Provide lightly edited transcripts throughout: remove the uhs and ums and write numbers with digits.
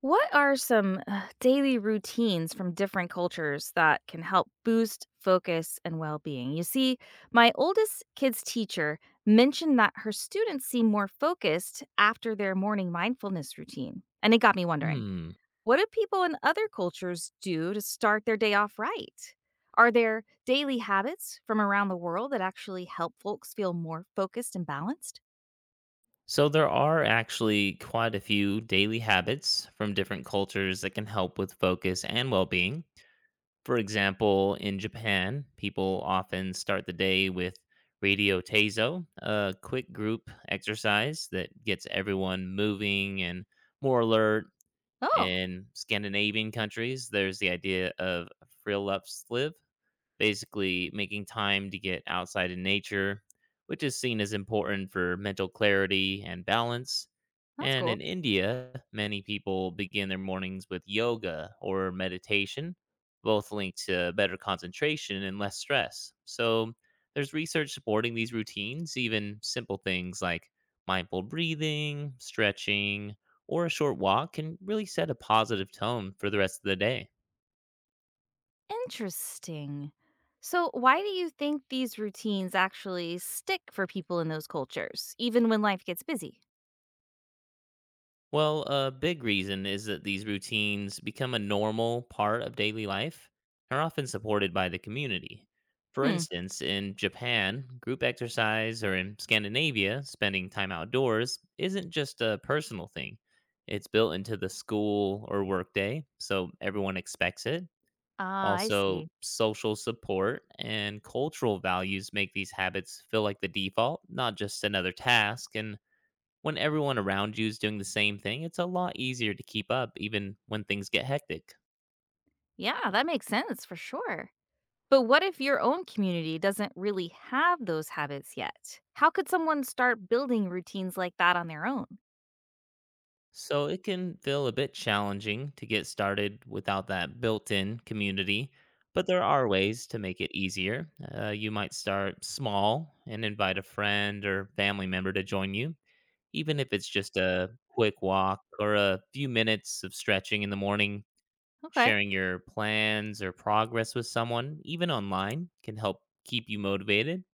What are some daily routines from different cultures that can help boost focus and well being? You see, my oldest kid's teacher mentioned that her students seem more focused after their morning mindfulness routine. And it got me wondering, Hmm. what do people in other cultures do to start their day off right? Are there daily habits from around the world that actually help folks feel more focused and balanced? So there are actually quite a few daily habits from different cultures that can help with focus and well-being. For example, in Japan, people often start the day with radio teizo, a quick group exercise that gets everyone moving and more alert. Oh, In Scandinavian countries, there's the idea of friluftsliv, basically making time to get outside in nature, which is seen as important for mental clarity and balance. that's And cool. in India, many people begin their mornings with yoga or meditation, both linked to better concentration and less stress. So there's research supporting these routines, even simple things like mindful breathing, stretching, or a short walk can really set a positive tone for the rest of the day. Interesting. So, why do you think these routines actually stick for people in those cultures, even when life gets busy? Well, a big reason is that these routines become a normal part of daily life and are often supported by the community. For Hmm. instance, in Japan, group exercise, or in Scandinavia, spending time outdoors isn't just a personal thing. It's built into the school or workday, so everyone expects it. Ah, I Also, see. social support and cultural values make these habits feel like the default, not just another task, and when everyone around you is doing the same thing, it's a lot easier to keep up even when things get hectic. Yeah, that makes sense for sure. But what if your own community doesn't really have those habits yet? How could someone start building routines like that on their own? So it can feel a bit challenging to get started without that built in community, but there are ways to make it easier. You might start small and invite a friend or family member to join you, even if it's just a quick walk or a few minutes of stretching in the morning. Okay. Sharing your plans or progress with someone, even online, can help keep you motivated.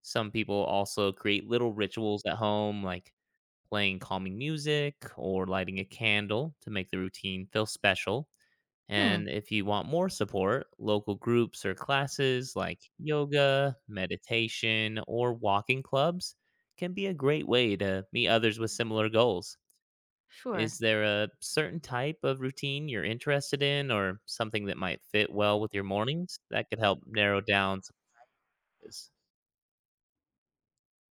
Some people also create little rituals at home, like playing calming music or lighting a candle to make the routine feel special. Hmm. And if you want more support, local groups or classes like yoga, meditation, or walking clubs can be a great way to meet others with similar goals. Sure. Is there a certain type of routine you're interested in or something that might fit well with your mornings that could help narrow down some of this?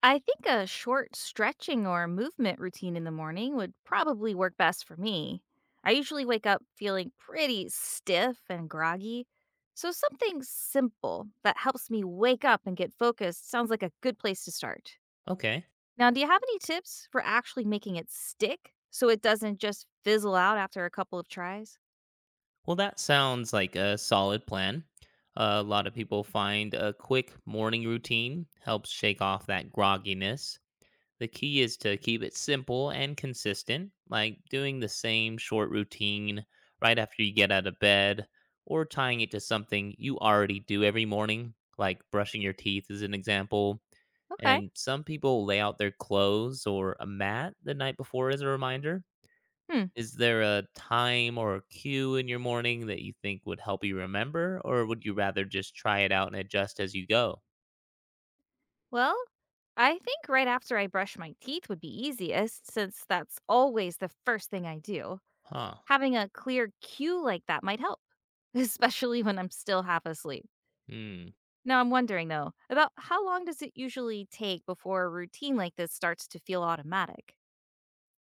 I think a short stretching or movement routine in the morning would probably work best for me. I usually wake up feeling pretty stiff and groggy, so something simple that helps me wake up and get focused sounds like a good place to start. Okay. Now, do you have any tips for actually making it stick so it doesn't just fizzle out after a couple of tries? Well, that sounds like a solid plan. A lot of people find a quick morning routine helps shake off that grogginess. The key is to keep it simple and consistent, like doing the same short routine right after you get out of bed or tying it to something you already do every morning, like brushing your teeth as an example. Okay. And some people lay out their clothes or a mat the night before as a reminder. Hmm. Is there a time or a cue in your morning that you think would help you remember, or would you rather just try it out and adjust as you go? Well, I think right after I brush my teeth would be easiest since that's always the first thing I do. Huh. Having a clear cue like that might help, especially when I'm still half asleep. Hmm. Now, I'm wondering though, about how long does it usually take before a routine like this starts to feel automatic?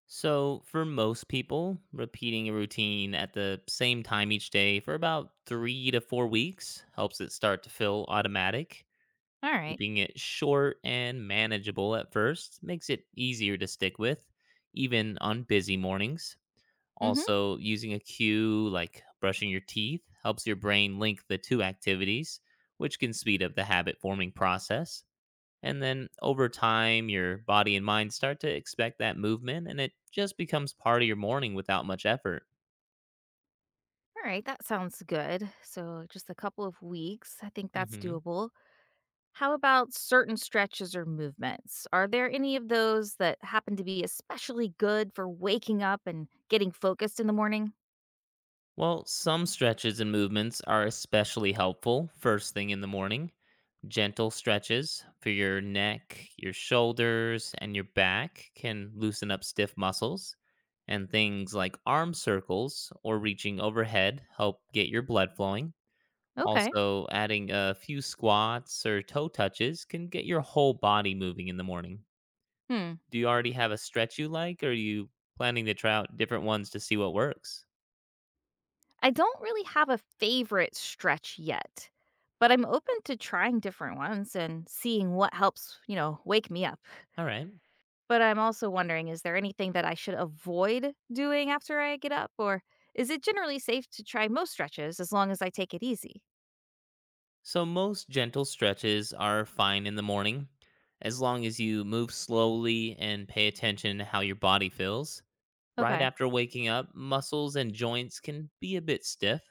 So, for most people, repeating a routine at the same time each day for about 3 to 4 weeks helps it start to feel automatic. All right. Keeping it short and manageable at first makes it easier to stick with, even on busy mornings. Mm-hmm. Also, using a cue like brushing your teeth helps your brain link the two activities, which can speed up the habit forming process. And then over time, your body and mind start to expect that movement, and it just becomes part of your morning without much effort. All right, that sounds good. So, just a couple of weeks. I think that's hmm doable. How about certain stretches or movements? Are there any of those that happen to be especially good for waking up and getting focused in the morning? Well, some stretches and movements are especially helpful first thing in the morning. Gentle stretches for your neck, your shoulders, and your back can loosen up stiff muscles, and things like arm circles or reaching overhead help get your blood flowing. Okay. Also, adding a few squats or toe touches can get your whole body moving in the morning. Hmm. Do you already have a stretch you like, or are you planning to try out different ones to see what works? I don't really have a favorite stretch yet, but I'm open to trying different ones and seeing what helps, wake me up. All right. But I'm also wondering, is there anything that I should avoid doing after I get up? Or is it generally safe to try most stretches as long as I take it easy? So, most gentle stretches are fine in the morning, as long as you move slowly and pay attention to how your body feels. Right Okay. after waking up, muscles and joints can be a bit stiff,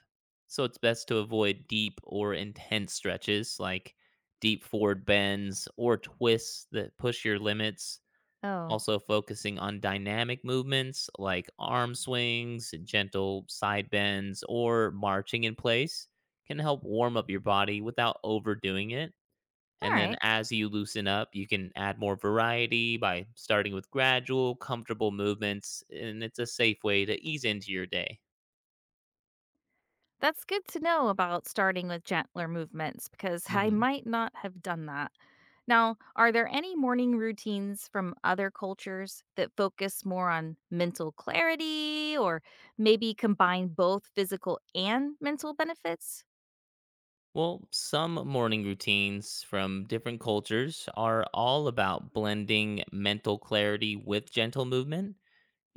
so it's best to avoid deep or intense stretches like deep forward bends or twists that push your limits. Oh, Also focusing on dynamic movements like arm swings, gentle side bends, or marching in place can help warm up your body without overdoing it. all And then right. as you loosen up, you can add more variety by starting with gradual, comfortable movements, and it's a safe way to ease into your day. That's good to know about starting with gentler movements because I hmm might not have done that. Now, are there any morning routines from other cultures that focus more on mental clarity, or maybe combine both physical and mental benefits? Well, some morning routines from different cultures are all about blending mental clarity with gentle movement.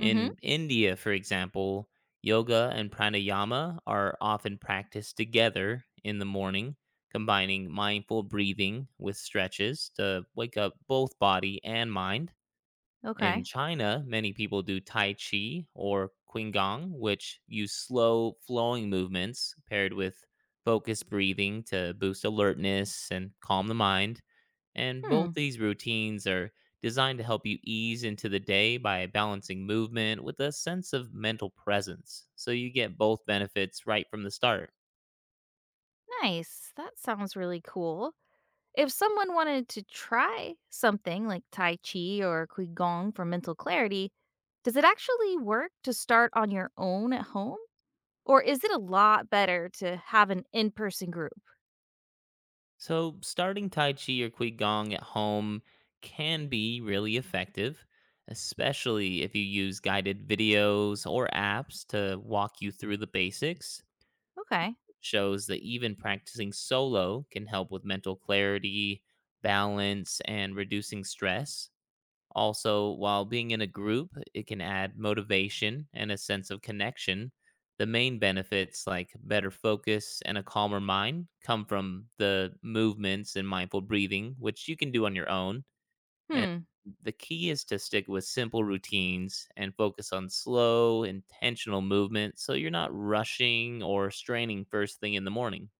Mhm. India, for example, yoga and pranayama are often practiced together in the morning, combining mindful breathing with stretches to wake up both body and mind. In Okay. China, many people do Tai Chi or Qigong, which use slow flowing movements paired with focused breathing to boost alertness and calm the mind. And both Hmm, these routines are designed to help you ease into the day by balancing movement with a sense of mental presence. So you get both benefits right from the start. nice. That sounds really cool. If someone wanted to try something like tai chi or qigong for mental clarity, does it actually work to start on your own at home, or is it a lot better to have an in-person group? So, starting Tai Chi or Qigong at home can be really effective, especially if you use guided videos or apps to walk you through the basics. Okay. Shows that even practicing solo can help with mental clarity, balance, and reducing stress. Also, while being in a group, it can add motivation and a sense of connection. The main benefits, like better focus and a calmer mind, come from the movements and mindful breathing, which you can do on your own. And Hmm. the key is to stick with simple routines and focus on slow, intentional movement so you're not rushing or straining first thing in the morning.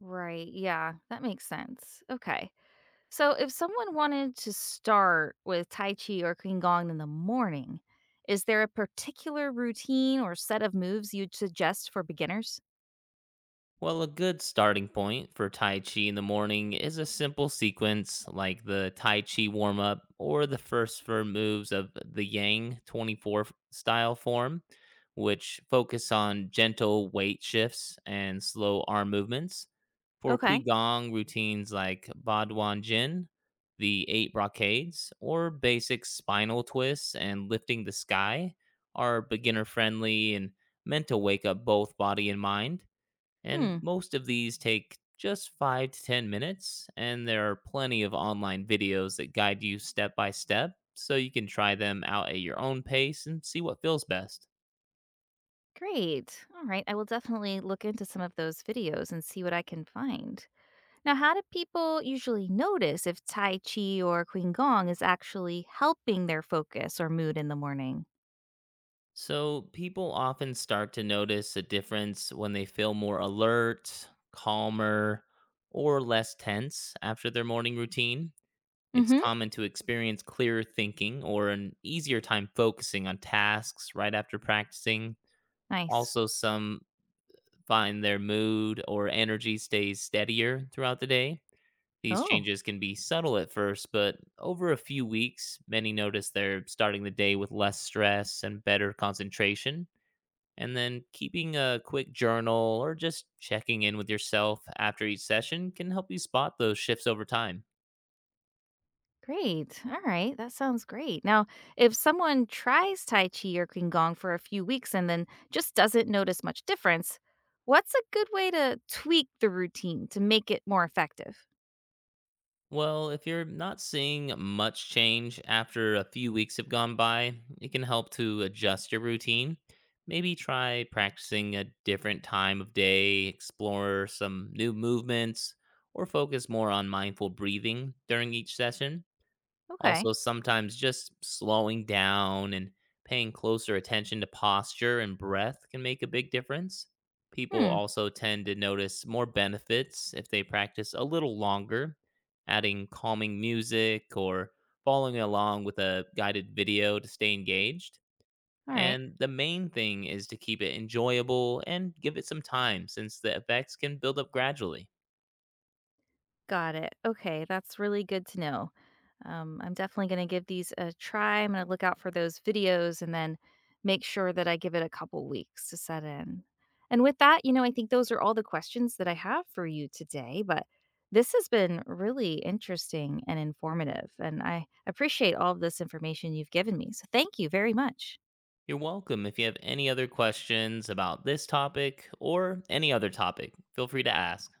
Right. Yeah, that makes sense. Okay. So if someone wanted to start with Tai Chi or Qigong in the morning, is there a particular routine or set of moves you'd suggest for beginners? Well, a good starting point for Tai Chi in the morning is a simple sequence like the Tai Chi warm up or the first four moves of the Yang 24 style form, which focus on gentle weight shifts and slow arm movements. For Okay. Qigong routines like Baduan Jin, the eight brocades, or basic spinal twists and lifting the sky are beginner friendly and meant to wake up both body and mind. And Hmm. most of these take just 5 to 10 minutes, and there are plenty of online videos that guide you step by step, so you can try them out at your own pace and see what feels best. Great. All right. I will definitely look into some of those videos and see what I can find. Now, how do people usually notice if Tai Chi or Qigong is actually helping their focus or mood in the morning? So, people often start to notice a difference when they feel more alert, calmer, or less tense after their morning routine. Mm It's hmm. common to experience clearer thinking or an easier time focusing on tasks right after practicing. Nice. Also, some find their mood or energy stays steadier throughout the day. These Oh. changes can be subtle at first, but over a few weeks, many notice they're starting the day with less stress and better concentration. And then keeping a quick journal or just checking in with yourself after each session can help you spot those shifts over time. Great. All right. That sounds great. Now, if someone tries Tai Chi or Qigong for a few weeks and then just doesn't notice much difference, what's a good way to tweak the routine to make it more effective? Well, if you're not seeing much change after a few weeks have gone by, it can help to adjust your routine. Maybe try practicing a different time of day, explore some new movements, or focus more on mindful breathing during each session. Okay. Also, sometimes just slowing down and paying closer attention to posture and breath can make a big difference. People Hmm. also tend to notice more benefits if they practice a little longer, adding calming music or following along with a guided video to stay engaged. All right. And the main thing is to keep it enjoyable and give it some time since the effects can build up gradually. Got it. Okay. That's really good to know. I'm definitely going to give these a try. I'm going to look out for those videos and then make sure that I give it a couple weeks to set in. And with that, you know, I think those are all the questions that I have for you today. But this has been really interesting and informative. And I appreciate all of this information you've given me. So thank you very much. You're welcome. If you have any other questions about this topic or any other topic, feel free to ask.